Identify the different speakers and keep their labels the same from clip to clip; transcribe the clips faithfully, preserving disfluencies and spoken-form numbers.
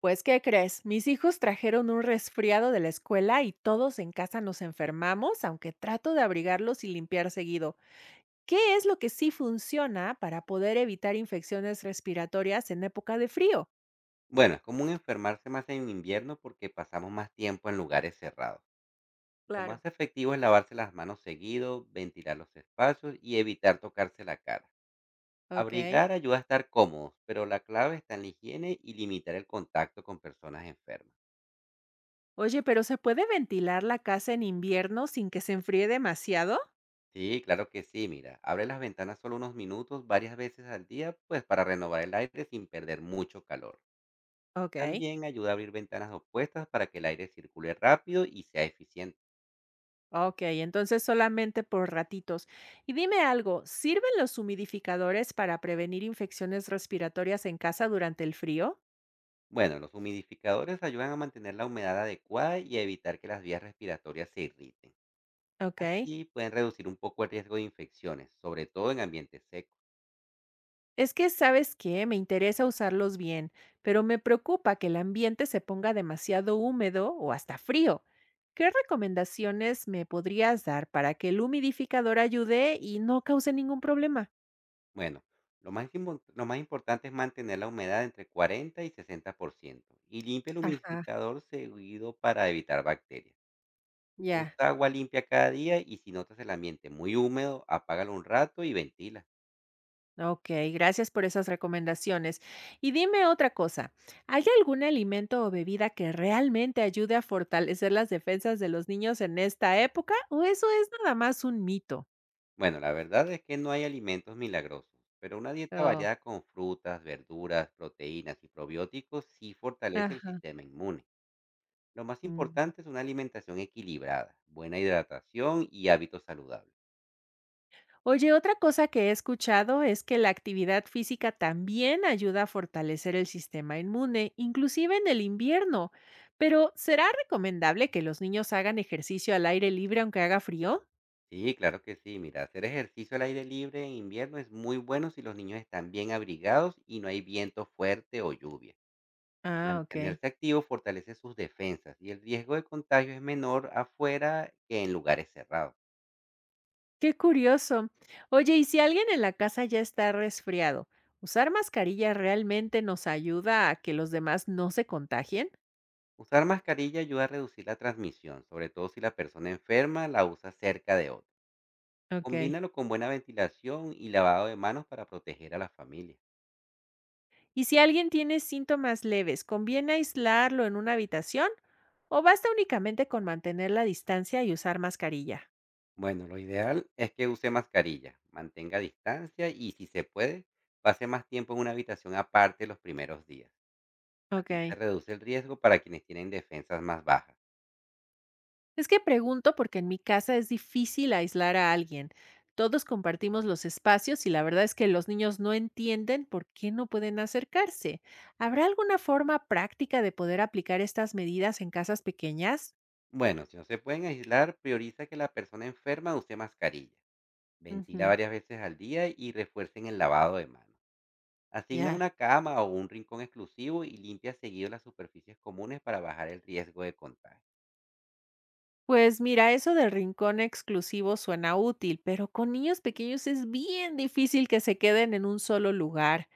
Speaker 1: Pues, ¿qué crees? Mis hijos trajeron un resfriado de la escuela y todos en casa nos enfermamos, aunque trato de abrigarlos y limpiar seguido. ¿Qué es lo que sí funciona para poder evitar infecciones respiratorias en época de frío?
Speaker 2: Bueno, es común enfermarse más en invierno porque pasamos más tiempo en lugares cerrados. Lo
Speaker 1: Claro.
Speaker 2: más efectivo es lavarse las manos seguido, ventilar los espacios y evitar tocarse la cara.
Speaker 1: Ok.
Speaker 2: Abrigar ayuda a estar cómodos, pero la clave está en la higiene y limitar el contacto con personas enfermas.
Speaker 1: Oye, pero ¿se puede ventilar la casa en invierno sin que se enfríe demasiado?
Speaker 2: Sí, claro que sí, mira, abre las ventanas solo unos minutos varias veces al día, pues para renovar el aire sin perder mucho calor.
Speaker 1: Ok.
Speaker 2: También ayuda a abrir ventanas opuestas para que el aire circule rápido y sea eficiente.
Speaker 1: Ok, entonces solamente por ratitos. Y dime algo, ¿sirven los humidificadores para prevenir infecciones respiratorias en casa durante el frío?
Speaker 2: Bueno, los humidificadores ayudan a mantener la humedad adecuada y a evitar que las vías respiratorias se irriten.
Speaker 1: Ok.
Speaker 2: Así pueden reducir un poco el riesgo de infecciones, sobre todo en ambientes secos.
Speaker 1: Es que, ¿sabes qué? Me interesa usarlos bien, pero me preocupa que el ambiente se ponga demasiado húmedo o hasta frío. ¿Qué recomendaciones me podrías dar para que el humidificador ayude y no cause ningún problema?
Speaker 2: Bueno, lo más, impo- lo más importante es mantener la humedad entre cuarenta y sesenta por ciento y limpia el
Speaker 1: Ajá,
Speaker 2: humidificador seguido para evitar bacterias.
Speaker 1: ya.
Speaker 2: Usa agua limpia cada día y si notas el ambiente muy húmedo, apágalo un rato y ventila.
Speaker 1: Ok, gracias por esas recomendaciones. Y dime otra cosa, ¿hay algún alimento o bebida que realmente ayude a fortalecer las defensas de los niños en esta época? ¿O eso es nada más un mito?
Speaker 2: Bueno, la verdad es que no hay alimentos milagrosos, pero una dieta
Speaker 1: Oh,
Speaker 2: variada con frutas, verduras, proteínas y probióticos sí fortalece el
Speaker 1: ajá.
Speaker 2: sistema inmune. Lo más
Speaker 1: Mm.
Speaker 2: importante es una alimentación equilibrada, buena hidratación y hábitos saludables.
Speaker 1: Oye, otra cosa que he escuchado es que la actividad física también ayuda a fortalecer el sistema inmune, inclusive en el invierno. Pero, ¿será recomendable que los niños hagan ejercicio al aire libre aunque haga frío?
Speaker 2: Sí, claro que sí. Mira, hacer ejercicio al aire libre en invierno es muy bueno si los niños están bien abrigados y no hay viento fuerte o lluvia.
Speaker 1: Ah, ok.
Speaker 2: Mantenerse activo fortalece sus defensas y el riesgo de contagio es menor afuera que en lugares cerrados.
Speaker 1: Qué curioso. Oye, ¿y si alguien en la casa ya está resfriado? ¿Usar mascarilla realmente nos ayuda a que los demás no se contagien?
Speaker 2: Usar mascarilla ayuda a reducir la transmisión, sobre todo si la persona enferma la usa cerca de otra.
Speaker 1: Ok.
Speaker 2: Combínalo con buena ventilación y lavado de manos para proteger a la familia.
Speaker 1: Y si alguien tiene síntomas leves, ¿conviene aislarlo en una habitación o basta únicamente con mantener la distancia y usar mascarilla?
Speaker 2: Bueno, lo ideal es que use mascarilla, mantenga distancia y, si se puede, pase más tiempo en una habitación aparte los primeros días. Así se
Speaker 1: Ok.
Speaker 2: reduce el riesgo para quienes tienen defensas más bajas.
Speaker 1: Es que pregunto porque en mi casa es difícil aislar a alguien. Todos compartimos los espacios y la verdad es que los niños no entienden por qué no pueden acercarse. ¿Habrá alguna forma práctica de poder aplicar estas medidas en casas pequeñas?
Speaker 2: Bueno, si no se pueden aislar, prioriza que la persona enferma use mascarilla. Ventila
Speaker 1: Ujú,
Speaker 2: varias veces al día y refuercen el lavado de manos. Asigna
Speaker 1: ya.
Speaker 2: una cama o un rincón exclusivo y limpia seguido las superficies comunes para bajar el riesgo de contagio.
Speaker 1: Pues mira, eso del rincón exclusivo suena útil, pero con niños pequeños es bien difícil que se queden en un solo lugar.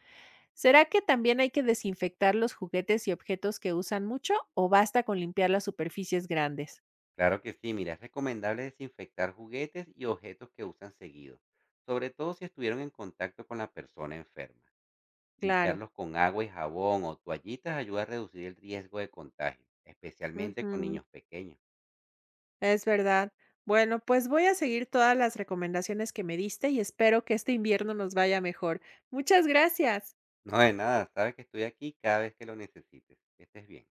Speaker 1: ¿Será que también hay que desinfectar los juguetes y objetos que usan mucho o basta con limpiar las superficies grandes?
Speaker 2: Claro que sí, mira, es recomendable desinfectar juguetes y objetos que usan seguido, sobre todo si estuvieron en contacto con la persona enferma.
Speaker 1: Claro.
Speaker 2: Limpiarlos con agua y jabón o toallitas ayuda a reducir el riesgo de contagio, especialmente con
Speaker 1: Ujú,
Speaker 2: niños pequeños.
Speaker 1: es verdad. Bueno, pues voy a seguir todas las recomendaciones que me diste y espero que este invierno nos vaya mejor. Muchas gracias.
Speaker 2: No de nada, sabes que estoy aquí cada vez que lo necesites. Que estés bien.